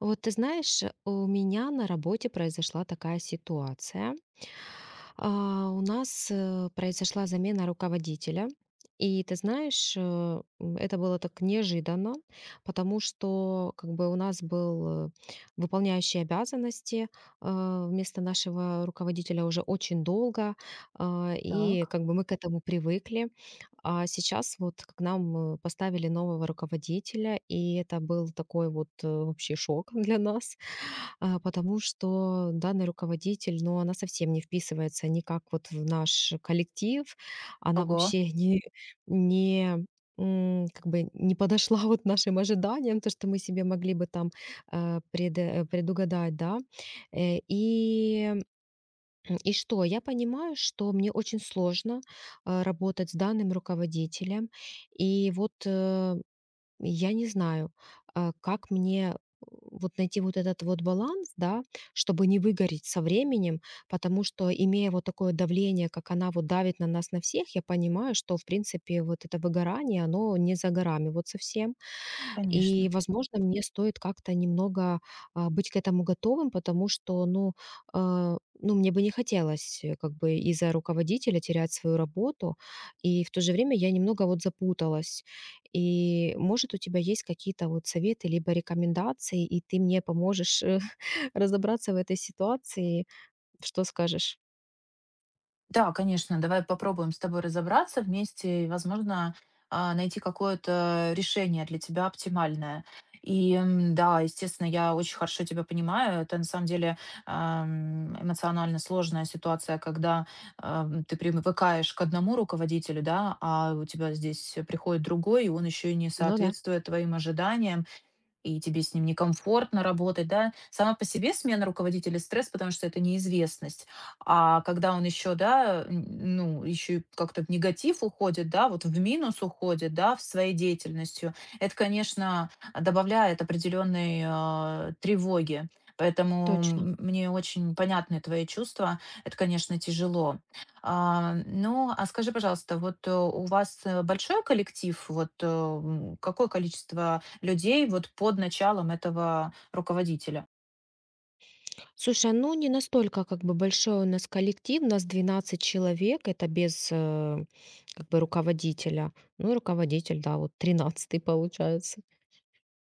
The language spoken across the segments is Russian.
Вот ты знаешь, у меня на работе произошла такая ситуация. У нас произошла замена руководителя. И ты знаешь, это было так неожиданно, потому что как бы у нас был выполняющий обязанности вместо нашего руководителя уже очень долго, и Так. как бы мы к этому привыкли. А сейчас вот к нам поставили нового руководителя, и это был такой вот вообще шок для нас, потому что данный руководитель, ну, она совсем не вписывается никак вот в наш коллектив, она Ого, вообще не, не м, как бы не подошла вот нашим ожиданиям, то, что мы себе могли бы там предугадать, да. Э, И И что? Я понимаю, что мне очень сложно работать с данным руководителем. И вот я не знаю, как мне вот найти вот этот вот баланс, да, чтобы не выгореть со временем, потому что, имея вот такое давление, как она вот давит на нас на всех, я понимаю, что, в принципе, вот это выгорание, оно не за горами вот совсем. конечно. И, возможно, мне стоит как-то немного, быть к этому готовым, потому что, ну, мне бы не хотелось, как бы из-за руководителя терять свою работу. И в то же время я немного вот запуталась. И, может, у тебя есть какие-то вот советы либо рекомендации, и ты мне поможешь, разобраться в этой ситуации. Что скажешь? Да, конечно, давай попробуем с тобой разобраться вместе и, возможно, найти какое-то решение для тебя оптимальное. Да, естественно, я очень хорошо тебя понимаю. Это на самом деле эмоционально сложная ситуация, когда ты привыкаешь к одному руководителю, да, а у тебя здесь приходит другой, и он еще и не Ну да, соответствует твоим ожиданиям. И тебе с ним некомфортно работать, да. Сама по себе смена руководителя стресс, потому что это неизвестность. А когда он еще, да, ну, еще и как-то в негатив уходит, да, вот в минус уходит, да, в своей деятельностью, это, конечно, добавляет определенной тревоги. Поэтому точно. Мне очень понятны твои чувства. Это, конечно, тяжело. Ну, а скажи, пожалуйста, у вас большой коллектив? Вот какое количество людей вот под началом этого руководителя. Слушай, ну не настолько как бы большой у нас коллектив, у нас 12 человек, это без как бы руководителя. Ну и руководитель, да, вот 13-й получается.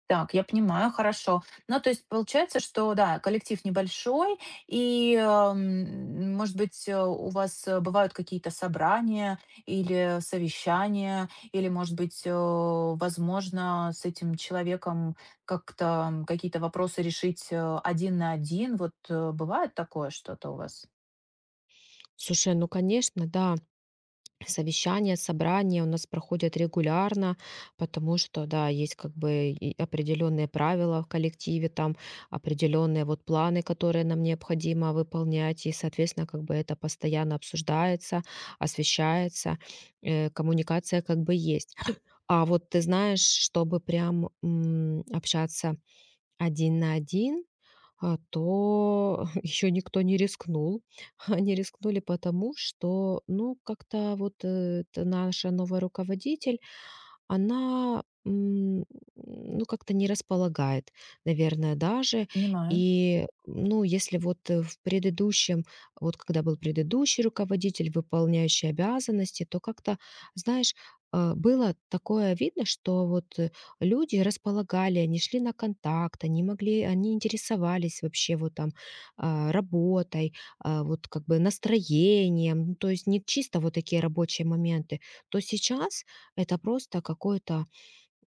Так, я понимаю, хорошо. Ну, то есть получается, что, да, коллектив небольшой, и, может быть, у вас бывают какие-то собрания или совещания, или, может быть, возможно, с этим человеком как-то какие-то вопросы решить один на один. Вот бывает такое что-то у вас? Слушай, ну конечно, да, совещания, собрания у нас проходят регулярно, потому что, да, есть как бы и определенные правила в коллективе, там определенные вот планы, которые нам необходимо выполнять, и, соответственно, как бы это постоянно обсуждается, освещается, коммуникация как бы есть. А вот ты знаешь, чтобы прям, общаться один на один, то еще никто не рискнул. Они рискнули потому, что, ну, как-то вот, э, т наша новая руководитель, она, ну, как-то не располагает, наверное, даже. Понимаю. И, ну, если вот в предыдущем, вот когда был предыдущий руководитель, выполняющий обязанности, то как-то, знаешь, было такое видно, что вот люди располагали, они шли на контакт, они могли, они интересовались вообще вот там работой, вот как бы настроением, ну, то есть не чисто вот такие рабочие моменты, то сейчас это просто какой-то,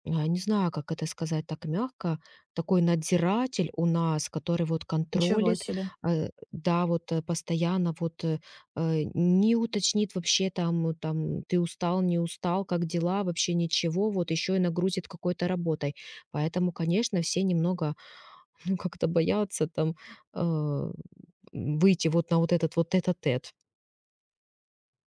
не знаю, как это сказать так мягко, такой надзиратель у нас, который вот Ничего контролит, себе. Да, вот, постоянно вот, не уточнит вообще там, там, ты устал, не устал, как дела, вообще ничего, вот еще и нагрузит какой-то работой. Поэтому, конечно, все немного, ну, как-то боятся там, э, выйти вот на вот этот вот этот. А тет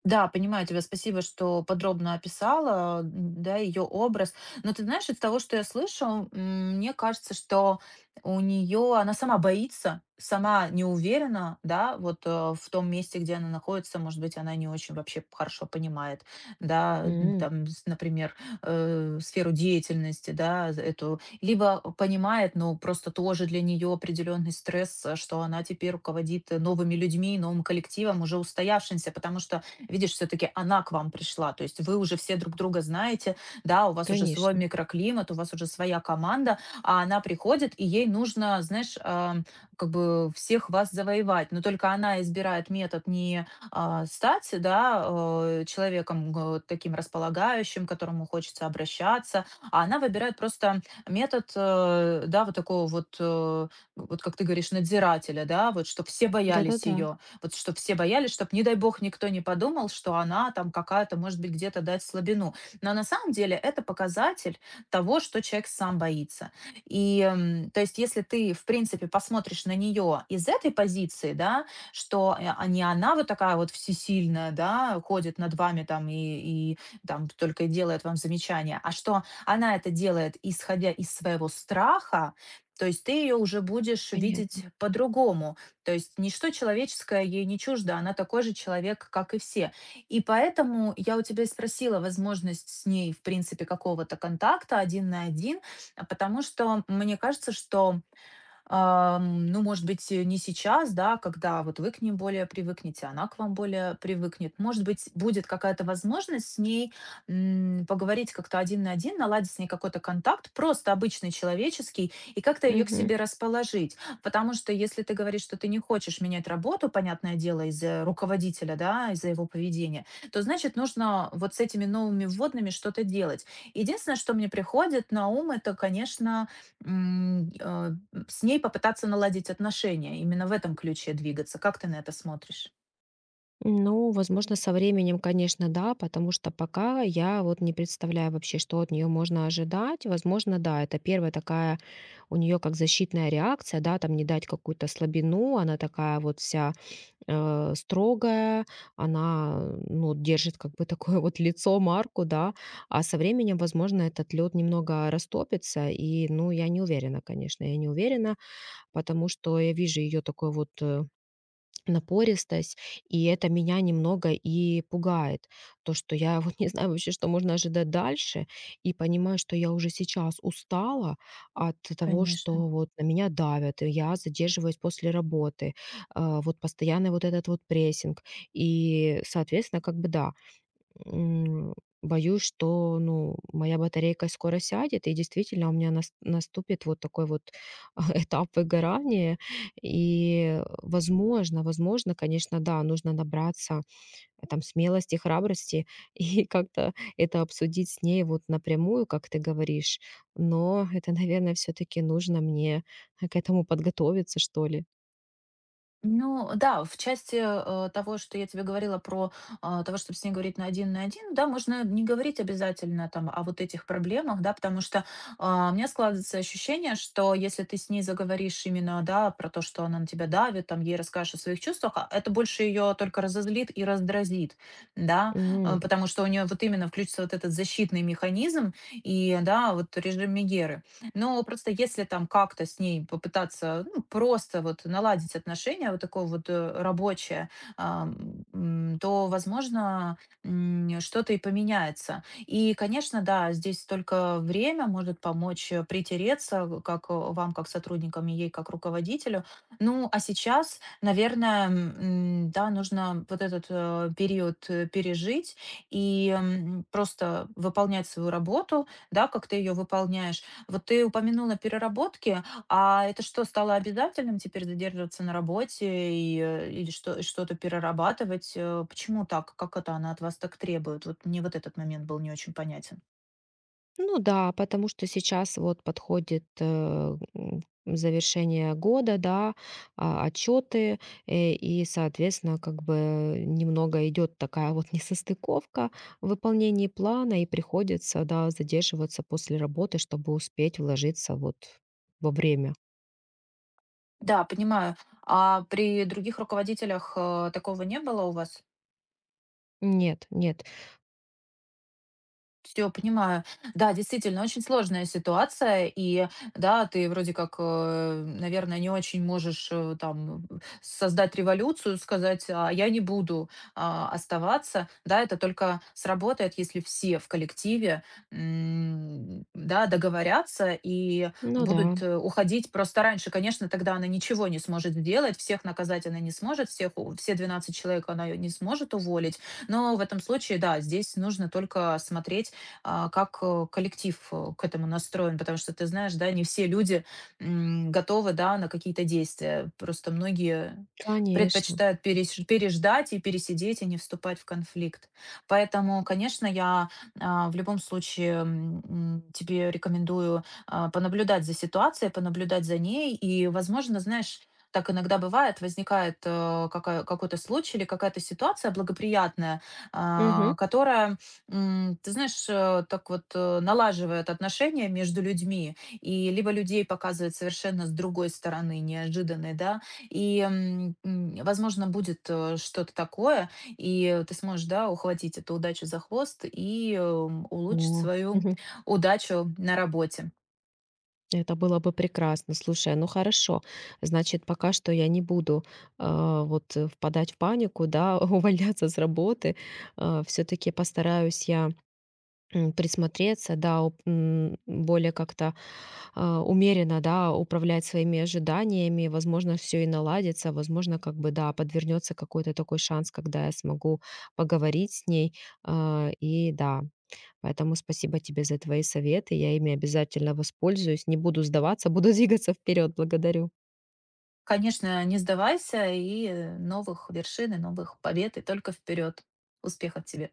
Да, понимаю тебя. Спасибо, что подробно описала, м, да, ее образ. Но ты знаешь, из того, что я слышу, м, мне кажется, что у нее она сама боится, сама не уверена, да, вот в том месте, где она находится, может быть, она не очень вообще хорошо понимает, да, там, например, сферу деятельности, да, эту, либо понимает, но просто тоже для нее определенный стресс, что она теперь руководит новыми людьми, новым коллективом, уже устоявшимся, потому что видишь, все-таки она к вам пришла, то есть вы уже все друг друга знаете, да, у вас уже свой Конечно. микроклимат, у вас уже своя команда, а она приходит, и ей нужно, знаешь, как бы всех вас завоевать. Но только она избирает метод не стать, да, человеком таким располагающим, к которому хочется обращаться, а она выбирает просто метод, да, вот такого вот, вот как ты говоришь, надзирателя, да, вот, чтобы все боялись Да-да-да, ее. Вот чтобы все боялись, чтобы, не дай бог, никто не подумал, что она там какая-то, может быть, где-то дать слабину. Но на самом деле это показатель того, что человек сам боится. И, то есть, если ты, в принципе, посмотришь на нее из этой позиции, да, что не она вот такая вот всесильная, да, ходит над вами там, и там только и делает вам замечания, а что она это делает, исходя из своего страха, то есть ты ее уже будешь понятно. видеть по-другому. То есть ничто человеческое ей не чуждо, она такой же человек, как и все. И поэтому я у тебя и спросила возможность с ней, в принципе, какого-то контакта один на один, потому что мне кажется, что ну, может быть, не сейчас, да, когда вот вы к ним более привыкнете, она к вам более привыкнет. Может быть, будет какая-то возможность с ней поговорить как-то один на один, наладить с ней какой-то контакт, просто обычный человеческий, и как-то ее к Мгм. себе расположить. Потому что если ты говоришь, что ты не хочешь менять работу, понятное дело, из-за руководителя, да, из-за его поведения, то значит нужно вот с этими новыми вводными что-то делать. Единственное, что мне приходит на ум, это, конечно, м, э, с ней попытаться наладить отношения, именно в этом ключе двигаться. Как ты на это смотришь? Ну, возможно, со временем, конечно, да, потому что пока я вот не представляю вообще, что от нее можно ожидать. Возможно, да, это первая такая у нее как защитная реакция, да, там не дать какую-то слабину, она такая вот вся строгая, она, ну, держит как бы такое вот лицо, марку, да, а со временем, возможно, этот лед немного растопится, и, ну, я не уверена, конечно, я не уверена, потому что я вижу ее такой вот напористость, и это меня немного и пугает. То, что я вот не знаю вообще, что можно ожидать дальше, и понимаю, что я уже сейчас устала от того, Конечно. что вот на меня давят, и я задерживаюсь после работы, вот постоянный вот этот вот прессинг. И, соответственно, как бы да, М, боюсь, что, ну, моя батарейка скоро сядет, и действительно у меня нас наступит вот такой вот этап выгорания. И, возможно, возможно, конечно, да, нужно набраться, там смелости, храбрости и как-то это обсудить с ней вот напрямую, как ты говоришь. Но это, наверное, все таки нужно мне к этому подготовиться, что ли. Ну да, в части того, что я тебе говорила про того, чтобы с ней говорить на один, да, можно не говорить обязательно там о вот этих проблемах, да, потому что у меня складывается ощущение, что если ты с ней заговоришь именно, да, про то, что она на тебя давит, там ей расскажешь о своих чувствах, а это больше ее только разозлит и раздразнит, да, М. потому что у нее вот именно включится вот этот защитный механизм и, да, вот режим Мегеры. Но просто если там как-то с ней попытаться ну, просто вот наладить отношения вот такое вот рабочее, ам, то, возможно, что-то и поменяется. И, конечно, да, здесь только время может помочь притереться как вам, как сотрудникам, и ей, как руководителю. Ну, а сейчас, наверное, да, нужно вот этот период пережить и просто выполнять свою работу, да, как ты ее выполняешь. Вот ты упомянула переработки, а это что, стало обязательным теперь задерживаться на работе и, или что, и что-то перерабатывать? Почему так? Как это она от вас так требует? Вот мне вот этот момент был не очень понятен. Ну да, потому что сейчас вот подходит завершение года, да, отчеты, и, соответственно, как бы немного идет такая вот несостыковка в выполнении плана, и приходится, да, задерживаться после работы, чтобы успеть вложиться вот во время. Да, понимаю. А при других руководителях такого не было у вас? Нет, нет. Все понимаю. Да, действительно, очень сложная ситуация. И да, ты вроде как, наверное, не очень можешь, создать революцию, сказать: "А я не буду, оставаться". Да, это только сработает, если все в коллективе, да, договорятся и Ну да, будут, уходить просто раньше. Конечно, тогда она ничего не сможет сделать, всех наказать она не сможет, все 12 человек она не сможет уволить. Но в этом случае, да, здесь нужно только смотреть как, коллектив, к этому настроен. Потому что ты знаешь, да, не все люди, готовы, да, на какие-то действия. Просто многие конечно. предпочитают переждать и пересидеть, и не вступать в конфликт. Поэтому, конечно, в любом случае, тебе рекомендую, понаблюдать за ситуацией, понаблюдать за ней. И, возможно, знаешь, так иногда бывает, возникает, э, какая какой-то случай или какая-то ситуация благоприятная, Мгм. Которая ты знаешь, так вот, налаживает отношения между людьми, и либо людей показывает совершенно с другой стороны, неожиданной, да, и, возможно, будет, что-то такое, и ты сможешь, да, ухватить эту удачу за хвост и, улучшить О, свою мгм. удачу на работе. Это было бы прекрасно. Слушай, ну хорошо. Значит, пока что я не буду вот впадать в панику, да, увольняться с работы. Все-таки постараюсь я присмотреться, да, более как-то, умеренно, да, управлять своими ожиданиями. Возможно, все и наладится. Возможно, как бы, да, подвернется какой-то такой шанс, когда я смогу поговорить с ней. И да, поэтому спасибо тебе за твои советы. Я ими обязательно воспользуюсь. Не буду сдаваться, буду двигаться вперед. Благодарю. Конечно, не сдавайся, и новых вершин, и новых побед, и только вперед. Успехов тебе!